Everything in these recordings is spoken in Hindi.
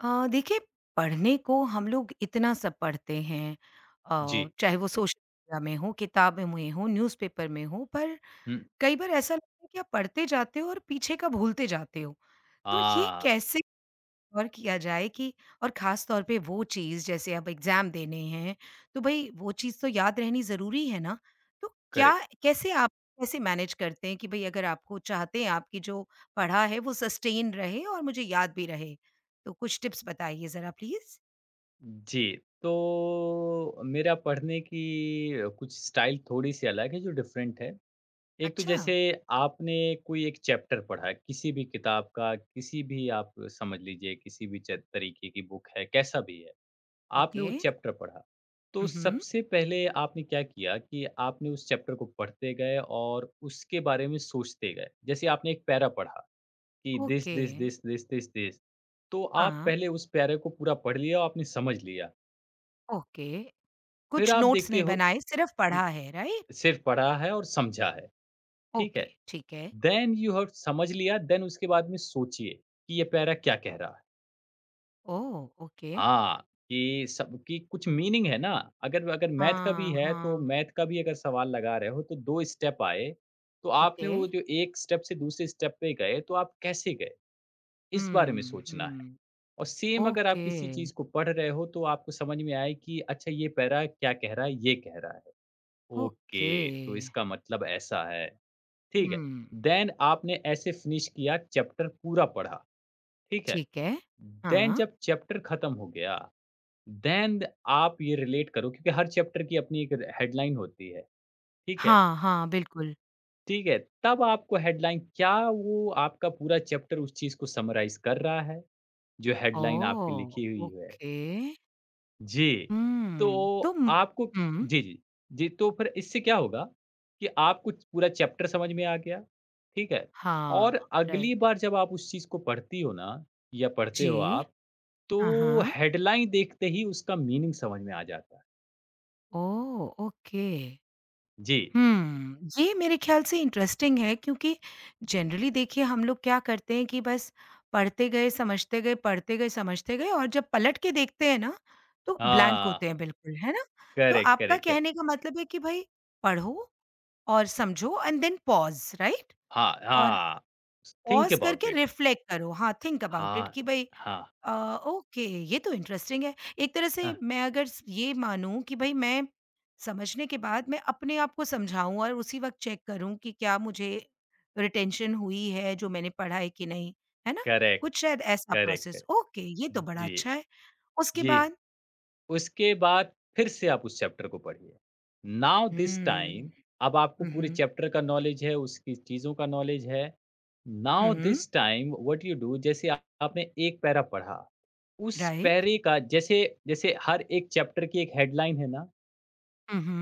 देखिए। पढ़ने को हम लोग इतना सब पढ़ते हैं। जी। चाहे वो सोशल मीडिया में हो, किताबें में हो, न्यूज़पेपर में हो, पर हुँ। कई बार ऐसा लगता है कि आप पढ़ते जाते हो और पीछे का भूलते जाते हो। तो ये हाँ, कैसे और किया जाए कि और ख़ास तौर पे वो चीज़ जैसे अब एग्ज़ाम देने हैं, तो भई वो चीज़ तो याद रहनी ज़रूरी है ना। तो क्या करेक्ट। कैसे आप कैसे मैनेज करते हैं कि भई अगर आपको चाहते हैं आपकी जो पढ़ा है वो सस्टेन रहे और मुझे याद भी रहे? तो कुछ टिप्स बताइए ज़रा प्लीज़। जी, तो मेरा पढ़ने की कुछ स्टाइल थोड़ी-सी अलग है जो डिफ़रेंट है। एक तो अच्छा, जैसे आपने कोई एक चैप्टर पढ़ा है, किसी भी किताब का, किसी भी आप समझ लीजिए किसी भी च तरीके की बुक है, कैसा भी है। आपने ओके। वो चैप्टर पढ़ा, तो उहुँ। सबसे पहले आपने क्या किया कि आपने उस चैप्टर को पढ़ते गए और उसके बारे में सोचते गए। जैसे आपने एक पैरा पढ़ा कि this, okay. This, this, this, this, this. तो आप हाँ, पहले उस प्यारे को पूरा पढ़ लिया और आपने समझ लिया। ओके। फिर कुछ आप नोट्स देखते नहीं हो, बनाए, सिर्फ़ उम, पढ़ा है, राइट? सिर्फ़ पढ़ा है और समझा है, ठीक ओके, है? ठीक है। देन यू हैव समझ लिया, देन उसके बाद में सोचिए कि ये प्यारा क्या कह रहा है। ओह! ओके। हाँ, कि सब कि कुछ मीनिंग है ना, अगर अगर मैथ का भी हाँ, है, तो हाँ। मैथ का भी अगर सवाल लगा रहे हो, तो 2 स्टेप आए, तो आपने ओके। वो जो एक स्टेप से दूसरे स्टेप पे गए, तो आप कैसे गए? इस बारे में हुँ, सोचना है। हुँ। और सेम अगर आप ओके, किसी चीज़ को पढ़ रहे हो तो आपको समझ में आए कि अच्छा ये पैरा क्या कह रहा है, ये कह रहा है। ओके। ओके, तो इसका मतलब ऐसा है। ठीक है। हुँ, देन आपने ऐसे फिनिश किया चैप्टर पूरा पढ़ा, ठीक है। ठीक है। देन हाँ। जब चैप्टर खत्म हो गया, देन आप ये रिलेट करो क्योंकि हर चैप्टर की अपनी एक र हेडलाइन होती है, ठीक है। हाँ, हाँ, बिल्कुल। ठीक है, तब आपको हेडलाइन क्या वो आपका पूरा चैप्टर उस चीज़ को समराइज़ कर रहा है, जो हेडलाइन आपकी ओह! लिखी हुई है? ओके। जी, तो हुँ, तो आपको हुँ, जी, जी। जी, तो फिर इससे क्या होगा कि आपको पूरा चैप्टर समझ में आ गया, ठीक है? और हाँ, अगली राइट। बार जब आप उस चीज़ को पढ़ती हो ना या पढ़ते हो जी। आप, हाँ, तो हाँ। हेडलाइन देखते ही उसका मीनिंग समझ में आ जाता है। ओह! ओके। जी, हुँ, ये मेरे ख़्याल से इंटरेस्टिंग है क्योंकि जनरली देखिए हम लोग क्या करते हैं कि बस पढ़ते गए, समझते गए, पढ़ते गए, समझते गए और जब पलट के देखते हैं ना, तो ब्लैंक हाँ, होते हैं बिल्कुल, है ना? तो करेक्ट, आपका करेक्ट, करेक्ट। कहने का मतलब है कि भई पढ़ो और समझो एंड देन पॉज़, राइट? हाँ, और हाँ, थिंक पॉज़ अबाउट करके इट। रिफ्लेक्ट करो, हाँ, थिंक अबाउट इट हाँ, कि भई हाँ, अ, ओके, ये तो इंटरेस्टिंग है। एक तरह से हाँ, मैं अगर स ये मानूँ कि भई मैं समझने के बाद मैं अपने आप को समझाऊँ और उसी वक़्त चेक करूँ कि क्या मुझे रिटेंशन हुई है जो मैंने पढ़ा है कि नहीं, है ना? करेक्ट, कुछ शायद ऐसा करेक्ट, प्रोसेस। करेक्ट। ओके, ये तो बड़ा जी, अच्छा है। उसके जी। बाद? उसके बाद फिर से आप उस चैप्टर को पढ़िए। Now this hmm. टाइम अब आपको पूरे उहुँ, चैप्टर का नॉलेज है, उसकी चीज़ों का नॉलेज है। Now hmm, this time what you do जैसे आपने एक पैरा पढ़ा, उस राइट। पैरे का जैसे जैसे हर एक चैप्टर की एक हेडलाइन है ना, उहुँ,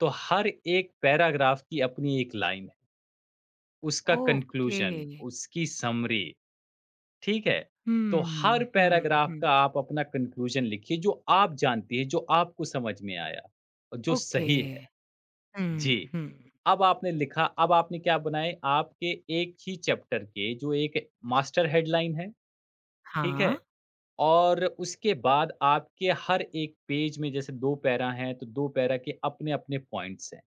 तो हर एक पैराग्राफ की अपनी एक लाइन है, उसका ओके। कंक्लूज़न, उसकी समरी। ठीक है? तो हुँ, हर हुँ, पैराग्राफ हुँ, का आप अपना कन्क्लूज़न लिखिए जो आप जानती हैं, जो आपको समझ में आया और जो ओके। सही है। हुँ, जी, हुँ। अब आपने क्या बनाए आपके एक ही चैप्टर के जो एक मास्टर हेडलाइन है, ठीक हाँ, है? और उसके बाद आपके हर एक पेज में जैसे 2 पैरा हैं, तो 2 पैरा के अपने-अपने पॉइंट्स हैं।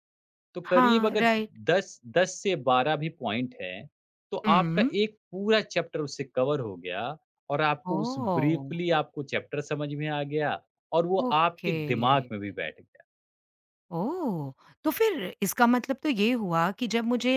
तो करीब हाँ, अगर राइट। 10 10 से 12 भी पॉइंट हैं, तो आपका हुँ। एक पूरा चैप्टर उससे कवर हो गया और आपको उस ओह! ब्रीफली आपको चैप्टर समझ में आ गया और वो आपके ओके। दिमाग में भी बैठ गया। ओह! तो फिर इसका मतलब तो ये हुआ कि जब मुझे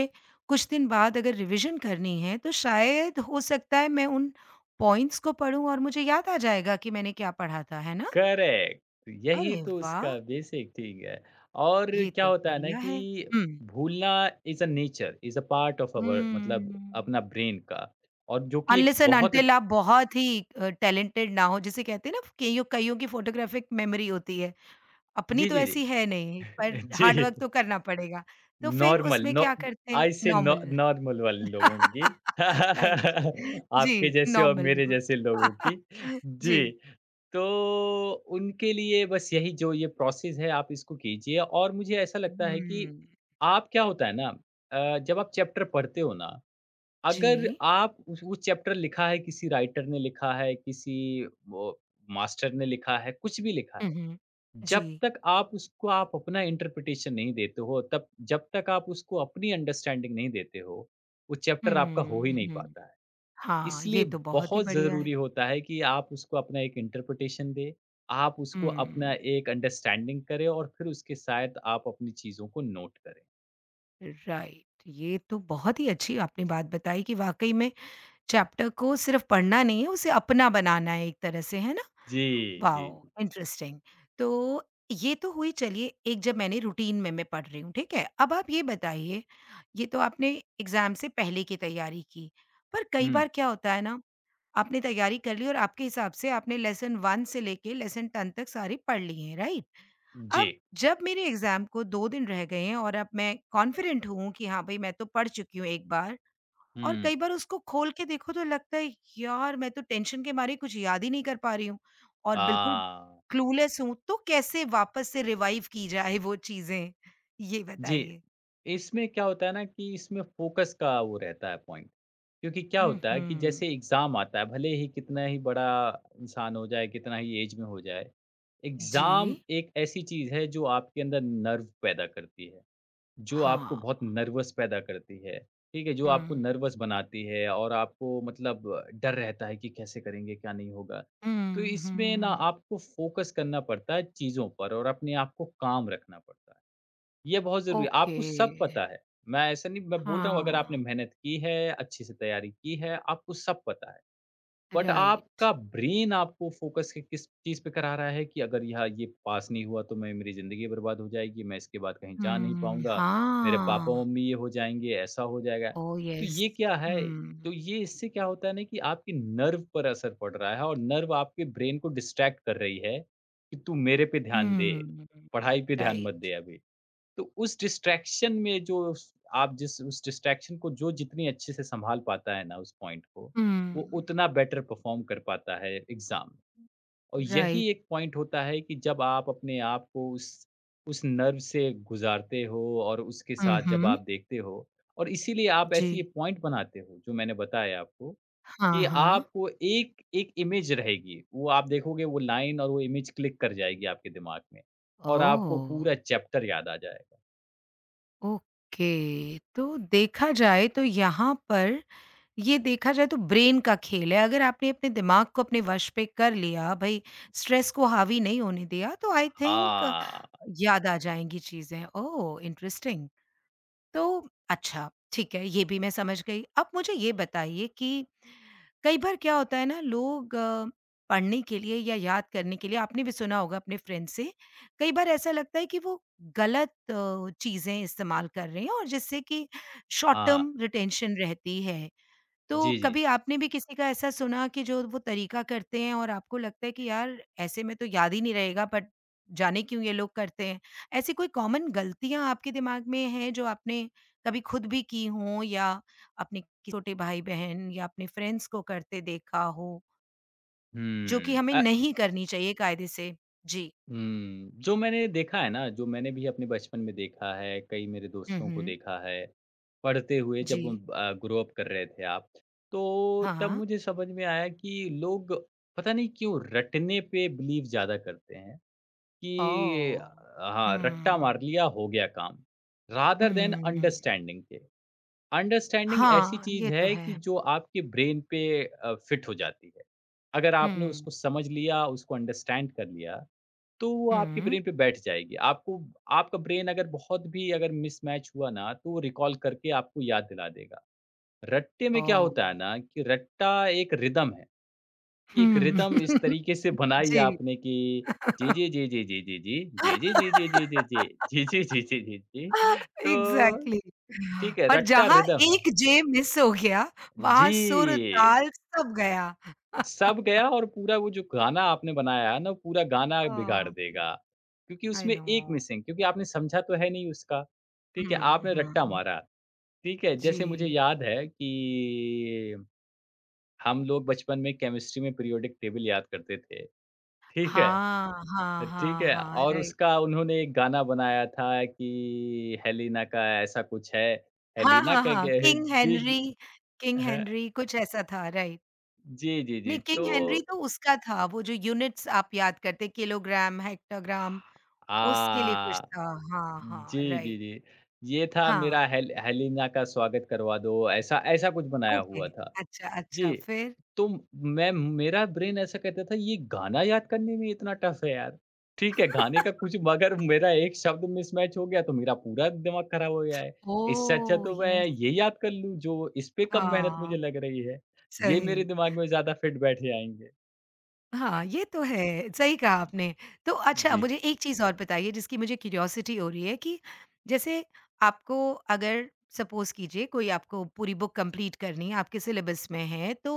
कुछ दिन बाद अगर रिविज़न करनी है, तो शायद हो सकता है मैं उन पॉइंट्स को पढूँ और मुझे याद आ जाएगा कि मैंने क्या पढ़ा था, है ना? करेक्ट, यही अरे तो उसका वाह! बेसिक ठीक है। और ये क्या तो होता है ना बढ़िया है। कि हुँ। भूलना is a nature, is a part of our मतलब हुँ। अपना ब्रेन का और जो कि एक अनलेस एंड बहुत अंटिल आप बहुत ही टैलेंटेड ना हो, जिसे कहते हैं ना कइयों कइयों की फ़ोटोग्राफ़िक मेमोरी होती है। अपनी जी, तो जी, ऐसी जी। है नहीं, पर हार्ड जी। वर्क तो करना पड़ेगा। तो फिर नॉर्मल उसमें नॉ क्या करते हैं आज से नॉ नॉर्मल। नॉर्मल वाले लोगों की राइट। आपके जी, जैसे और नॉर्मल मेरे लोगों। जैसे लोगों की। जी, जी। तो उनके लिए बस यही जो ये प्रोसेस है आप इसको कीजिए और मुझे ऐसा लगता है कि हुँ, आप क्या होता है ना, जब आप चैप्टर पढ़ते हो ना, अगर जी। आप उस वो चैप्टर लिखा है किसी राइटर ने लिखा है, किसी वो मास्टर ने लिखा है, कुछ भी लिखा हुँ, है। हुँ। जब जी। तक आप अपना इंटरप्रिटेशन नहीं देते हो, तब जब तक आप उसको अपनी अंडरस्टैंडिंग नहीं देते हो, वो चैप्टर आपका हो ही हुँ, नहीं हुँ। पाता है। हाँ, इसलिए ये तो बहुत ही बहुत बढ़िया ज़रूरी है। होता है कि आप उसको अपना एक इंटरप्रिटेशन दें, आप हुँ, उसको अपना एक अंडरस्टैंडिंग करें और फिर उसके साथ आप अपनी चीज़ों को नोट करें। राइट। ये तो बहुत ही अच्छी आपने बात बताई कि वाक़ई में चैप्टर को सिर्फ़ पढ़ना नहीं है, उसे अपना बनाना है एक तरह से, है? जी, जी, वाओ! जी। इंटरेस्टिंग। तो ये तो हुई चलिए एक, जब मैंने रूटीन में मैं पढ़ रही हूँ, ठीक है? अब आप ये बताइए, ये तो आपने एग्ज़ाम से पहले की तैयारी की, पर कई हुँ, बार क्या होता है ना, आपने तैयारी कर ली और आपके हिसाब से आपने लेसन 1 से लेके लेसन 10 तक सारी पढ़ ली हैं, राइट? जी। अब जब मेरे एग्ज़ाम को 2 दिन रह गए हैं और अब मैं कॉन्फिडेंट हूँ कि हाँ, भई मैं तो पढ़ चुकी हूँ एक बार और हुँ। कई बार उसको खोल के देखो तो लगता है यार मैं तो टेंशन के मारे कुछ याद ही नहीं कर पा रही हूँ और बिल्कुल हाँ, क्लूलेस हूँ, तो कैसे वापस से रिवाइव की जाए वो चीजें, ये जी। बताइए। इसमें क्या होता है ना कि इसमें फ़ोकस का वो रहता है पॉइंट। क्योंकि क्या होता है कि हम्म। जैसे एग्ज़ाम आता है, भले ही कितना ही बड़ा इंसान हो जाए, कितना ही ऐज में हो जाए, जी। एग्ज़ाम एक ऐसी चीज़ है जो आपके अंदर नर्व पैदा करती है, जो आपको हाँ। बहुत नर्वस पैदा करती है, ठीक है? जो आपको हम्म। नर्वस बनाती है और आपको मतलब डर रहता है कि कैसे करेंगे, क्या नहीं होगा। तो इसमें ना हम्म। आपको फ़ोकस करना पड़ता है चीज़ों पर और अपने आप को काम रखना पड़ता है। ये बहुत ज़रूरी है। ओके। आपको सब पता है। मैं ऐसा नहीं मैं बोल रहा हूँ अगर आपने हाँ। मेहनत की है, अच्छे से तैयारी की है, आपको सब पता है। But right. आपका ब्रेन आपको फ़ोकस कि किस चीज़ पे करा रहा है कि अगर यहाँ ये पास नहीं हुआ तो मैं मेरी ज़िंदगी बर्बाद हो जाएगी, मैं इसके बाद कहीं जा नहीं हम्म। पाऊँगा, मेरे हाँ। पापा-मम्मी ये हो जाएँगे, ऐसा हो जाएगा। ओ तो यस। ये क्या है? हम्म। तो ये इससे क्या होता है ना कि आपके नर्व पर असर पड़ रहा है और नर्व आपके ब्रेन को डिस्ट्रैक्ट कर रही है कि तू मेरे पे ध्यान दे, हम्म। पढ़ाई पे ध्यान मत दे राइट। अभी। तो उस डिस्ट्रैक्शन में जो स आप जिस उस डिस्ट्रैक्शन को जो जितनी अच्छे से सँभाल पाता है ना उस पॉइंट को, वो हम्म। उतना बेटर परफ़ॉर्म कर पाता है एग्ज़ाम में। और यही राइट। एक पॉइंट होता है कि जब आप अपने आप को उस नर्व से गुज़ारते हो और उसके साथ जब हम्म। आप देखते हो और इसीलिए आप ऐसे ये जी। पॉइंट बनाते हो जो मैंने बताया आपको हाँ, कि हाँ। आपको एक एक इमेज रहेगी। वो आप देखोगे वो लाइन और वो इमेज क्लिक कर जाएगी आपके दिमाग में और आपको ओह! पूरा चैप्टर याद आ जाएगा। ओके। तो देखा जाए तो यहाँ पर ये देखा जाए तो ब्रेन का खेल है। अगर आपने अपने दिमाग को अपने वश पे कर लिया, भई स्ट्रेस को हावी नहीं होने दिया, तो आई थिंक आ, याद आ जाएँगी चीज़ें। ओह! इंटरेस्टिंग। तो अच्छा, ठीक है, ये भी मैं समझ गई। अब मुझे ये बताइए कि कई बार क्या होता है ना लोग पढ़ने के लिए या याद करने के लिए आपने भी सुना होगा अपने फ्रेंड से, कई बार ऐसा लगता है कि वो गलत चीज़ें इस्तेमाल कर रहे हैं और जिससे कि शॉर्ट हाँ, टर्म रिटेंशन रहती है। तो जी, जी। कभी आपने भी किसी का ऐसा सुना कि जो वो तरीका करते हैं और आपको लगता है कि यार ऐसे में तो याद ही नहीं रहेगा, बट जाने क्यों ये लोग करते हैं। ऐसी कोई कॉमन गलतियाँ आपके दिमाग में हैं जो आपने कभी खुद भी की हों या अपने किसी छोटे भाई-बहन या अपने फ्रेंड्स को करते देखा हो, जो कि हुँ, हमें अ, नहीं करनी चाहिए कायदे से? जी। जो मैंने देखा है ना, जो मैंने भी अपने बचपन में देखा है, कई मेरे हुँ, दोस्तों को हुँ। देखा है, पढ़ते हुए जी। जब ग्रो अप कर रहे थे आप, तो तब हाँ। मुझे समझ में आया कि लोग पता नहीं क्यों रटने पे बिलीव ज़्यादा करते हैं कि ओह! हाँ, रट्टा मार हुँ। लिया हो गया काम, रादर देन हुँ। अंडरस्टैंडिंग के। अंडरस्टैंडिंग ऐसी हाँ, चीज़ ये तो है कि है। जो आपके ब्रेन पे फिट हो जाती है। अगर आपने हुँ। उसको समझ लिया, उसको अंडरस्टैंड कर लिया, तो वो आपके हुँ। ब्रेन पे बैठ जाएगी। आपको आपका ब्रेन अगर बहुत भी अगर मिसमैच हुआ ना, तो वो रिकॉल करके आपको याद दिला देगा। रट्टे में क्या होता ओह! है ना कि रट्टा एक रिदम है, कि एक रिदम इस हुँ। तरीके से बनाई है जी। आपने कि जी, जी, जी, जी, जी, जी, जी, जी, जी, जी, जी, जी, जी, जी, जी, जी, जी, जी, जी, जी। तो एग्ज़ैक्टली। ठीक है, और रट्टा जहाँ रिदम है। एक जे मिस हो गया, वहाँ सुर, जी, ताल सब गया। सब गया और पूरा वो जो गाना आपने बनाया है ना, पूरा गाना बिगाड़ हाँ, देगा। क्योंकि आई उसमें नो। एक मिसिंग क्योंकि आपने समझा तो है नहीं उसका, ठीक है? हुँ, आपने रट्टा हुँ। मारा, ठीक है? जैसे मुझे जी। याद है कि हम लोग बचपन में केमिस्ट्री में पीरियोडिक टेबल याद करते थे, ठीक है? हाँ, हाँ, ठीक हाँ, है? हाँ, और राइट। उसका उन्होंने एक गाना बनाया था कि हेलिना का ऐसा कुछ है, हाँ, हेलिना हाँ, कह हाँ, के जी, जी। किंग हाँ, हेनरी कुछ ऐसा था, राइट। जी, जी, जी। नहीं, किंग तो हेनरी तो उसका था, वो जो यूनिट्स आप याद करते किलोग्राम, हेक्टोग्राम, उसके लिए कुछ आ, था। हाँ, हाँ, जी, जी, राइट। जी। ये था मेरा हाँ। हेलिना का स्वागत करवा दो, ऐसा ऐसा कुछ बनाया ओके, हुआ था। अच्छा, जी, अच्छा फिर? तो मैं मेरा ब्रेन ऐसा कहता था ये गाना याद करने में इतना टफ़ है यार। ठीक है, गाने का कुछ मगर मेरा एक शब्द मिसमैच हो गया तो मेरा पूरा दिमाग खराब हो गया है। इससे अच्छा ओह! तो मैं यस, ये याद कर लूँ जो इस पे कम मेहनत हाँ, मुझे लग रही है। ये मेरे सही। दिमाग में ज़्यादा फिट बैठे आएँगे। हाँ, ये तो है, सही कहा आपने। तो अच्छा जी, मुझे एक चीज़ और बताइए जिसकी मुझे क्यूरियोसिटी हो रही है कि जैसे आपको अगर सपोज़ कीजिए कोई आपको पूरी बुक कंप्लीट करनी है, आपके सिलेबस में है तो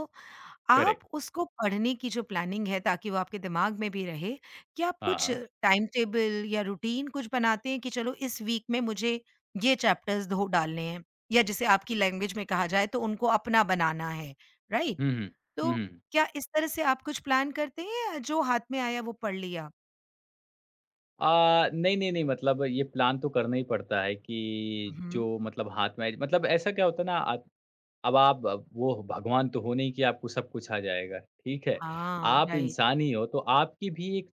आप करेक्ट। उसको पढ़ने की जो प्लानिंग है ताकि वो आपके दिमाग में भी रहे, क्या आप हाँ, कुछ हाँ। टाइम टेबल या रूटीन कुछ बनाते हैं कि चलो इस वीक में मुझे ये चैप्टर्स धो डालने हैं? या जिसे आपकी लैंग्वेज में कहा जाए तो उनको अपना बनाना है, राइट? हुँ, हुँ। हुँ, तो हुँ। क्या इस तरह से आप कुछ प्लान करते हैं या जो हाथ में आया वो पढ़ लिया? आ, नहीं, नहीं, नहीं मतलब ये प्लान तो करना ही पड़ता है कि हुँ। जो मतलब हाथ में आए- मतलब ऐसा क्या होता है ना आप अब आप वो भगवान तो हो नहीं कि आपको सब कुछ आ जाएगा, ठीक है? हाँ, आप राइट। इंसान ही हो तो आपकी भी एक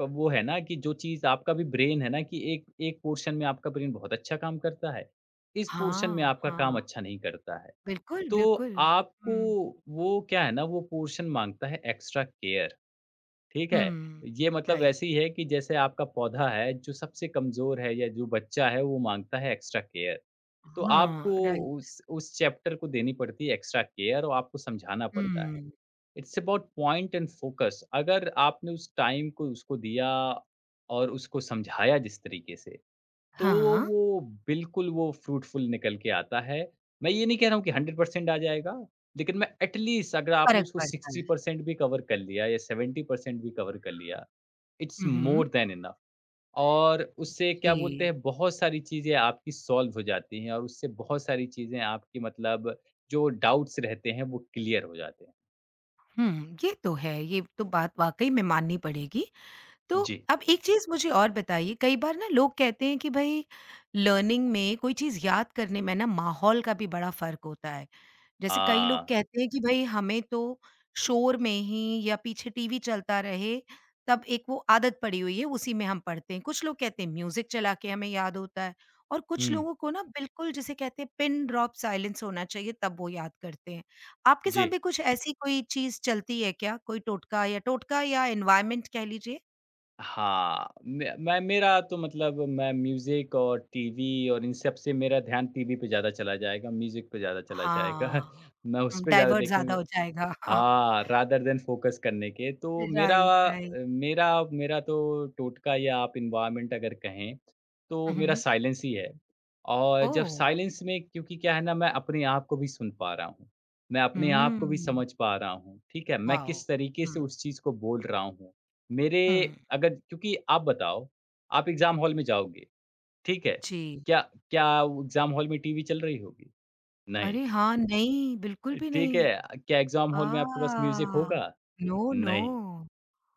क वो है ना कि जो चीज़ आपका भी ब्रेन है ना कि एक एक पोर्शन में आपका ब्रेन बहुत अच्छा काम करता है, इस पोर्शन में हाँ, आपका काम हाँ। अच्छा नहीं करता है। बिल्कुल, तो बिल्कुल। आपको हुँ, वो क्या है ना वो पोर्शन माँगता है एक्स्ट्रा केयर। ठीक है? हुँ, ये मतलब राइट। वैसे ही है कि जैसे आपका पौधा है जो सबसे कमज़ोर है या जो बच्चा है वो माँगता है एक्स्ट्रा केयर। तो आपको हाँ, राइट। उस चैप्टर को देनी पड़ती है एक्स्ट्रा केयर और आपको समझाना पड़ता है। Hmm, it's about point and focus अगर आपने उस टाइम को उसको दिया और उसको समझाया जिस तरीके से, तो हाँ, वो बिल्कुल वो फ्रूटफुल निकल के आता है। मैं ये नहीं कह रहा हूँ कि 100% आ जाएगा, लेकिन मैं एट लीस्ट अगर आपने फ़र्क उसको पड़ता है। 60% भी कवर कर लिया या 70% भी कवर कर लिया, it's hmm, hmm. More than enough और उससे क्या बोलते जी। हैं बहुत सारी चीज़ें आपकी सॉल्व हो जाती हैं और उससे बहुत सारी चीज़ें आपकी मतलब जो डाउट्स रहते हैं वो क्लियर हो जाते हैं। हुँ, ये तो है, ये तो बात वाक़ई में माननी पड़ेगी। तो जी। अब एक चीज़ मुझे और बताइए, कई बार ना लोग कहते हैं कि भई लर्निंग में कोई चीज़ याद करने में ना माहौल का भी बड़ा फ़र्क होता है। जैसे कई लोग हाँ। कहते हैं कि भई हमें तो शोर में ही या पीछे टीवी चलता रहे, तब एक वो आदत पड़ी हुई है उसी में हम पढ़ते हैं। कुछ लोग कहते हैं म्यूज़िक चला के हमें याद होता है और कुछ हुँ, लोगों को ना बिल्कुल जिसे कहते हैं पिन ड्रॉप साइलेंस होना चाहिए तब वो याद करते हैं। आपके साथ जी। भी कुछ ऐसी कोई चीज़ चलती है क्या? कोई टोटका या एनवायरनमेंट कह लीजिए? हाँ, मैं मेरा तो मतलब मैं म्यूज़िक और टीवी और इन सब से मेरा ध्यान टीवी पे ज़्यादा चला जाएगा, म्यूज़िक पे ज़्यादा चला जाएगा। हाँ, मैं उस हुँ, पे ज़्यादा डाइवर्ट देखने ज़्यादा हो जाएगा। हाँ, हाँ, रादर देन फ़ोकस करने के, तो मेरा राइट, अ, राइट। मेरा मेरा तो टोटका या आप एनवायरनमेंट अगर कहें, तो हुँ, मेरा हुँ। साइलेंस ही है। और जब ओह! साइलेंस में क्योंकि क्या है ना, मैं अपने आप को भी सुन पा रहा हूँ, मैं अपने आप को भी हुँ, समझ पा रहा हूँ, ठीक है? मैं वाओ! किस तरीके से हुँ, उस चीज़ को बोल रहा हूँ। मेरे हुँ। अगर क्योंकि आप बताओ, आप एग्ज़ाम हॉल में जाओगे, ठीक है? जी। क्या क्या एग्ज़ाम हॉल में टीवी चल रही होगी? नहीं। अरे हाँ, नहीं, बिल्कुल भी ठीक नहीं। है, क्या एग्ज़ाम आ, हॉल में आपके पास म्यूज़िक होगा? No, no. नहीं,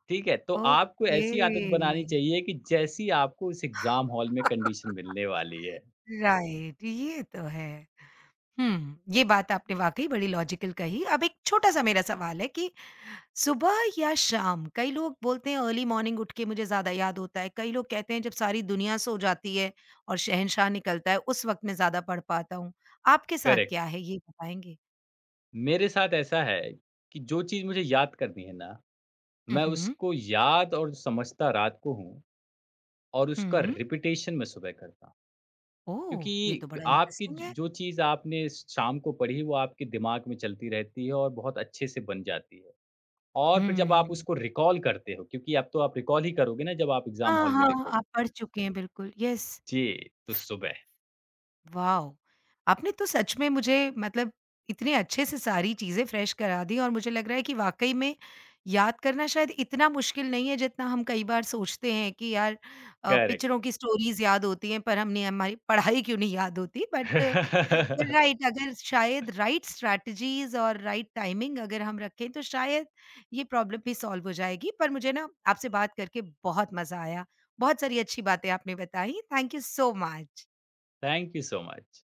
ठीक है। तो आपको ओके। ऐसी आदत बनानी चाहिए कि जैसी आपको इस एग्ज़ाम हॉल में राइट, कंडीशन मिलने वाली है। ये तो है। हुँ, ये बात आपने वाक़ई बड़ी लॉजिकल कही। अब एक छोटा-सा मेरा सवाल है कि सुबह या शाम? कई लोग बोलते हैं अर्ली मॉर्निंग उठ के मुझे ज़्यादा याद होता है। कई लोग कहते हैं जब सारी दुनिया सो जाती है और शहंशाह निकलता है, उस वक़्त मैं ज़्यादा पढ़ पाता हूँ। आपके साथ करेक्ट। क्या है ये बताएँगे? मेरे साथ ऐसा है कि जो चीज़ मुझे याद करनी है ना, हुँ, मैं हुँ। उसको याद और समझता रात को हूँ और उसका हुँ। रिपिटेशन मैं सुबह करता हूँ। ओह! ये क्योंकि तो बड़ा आपकी इंटरेस्टिंग ज है। जो चीज़ आपने शाम को पढ़ी वो आपके दिमाग में चलती रहती है और बहुत अच्छे से बन जाती है। और फिर जब आप हुँ। उसको रिकॉल करते हो क्योंकि अब तो आप रिकॉल ही करोगे ना जब आप एग्ज़ाम हाँ, हॉल में हाँ, लिखोगे। आप पढ़ चुके हैं बिल्कुल, यस। जी, तो सुबह। वाओ! आपने तो सच में मुझे मतलब इतने अच्छे से सारी चीज़ें फ्रेश करा दी और मुझे लग रहा है कि वाक़ई में याद करना शायद इतना मुश्किल नहीं है जितना हम कई बार सोचते हैं कि यार करेक्ट। पिक्चरों की स्टोरीज़ याद होती हैं पर हमने हमारी पढ़ाई क्यों नहीं याद होती, बट राइट अगर शायद राइट स्ट्रैटेजीज़ और राइट टाइमिंग अगर हम रखें तो शायद ये प्रॉब्लम भी सॉल्व हो जाएगी। पर मुझे ना आपसे बात करके बहुत मज़ा आया। बहुत सारी अच्छी बातें आपने बताई। Thank you so much. Thank you so much.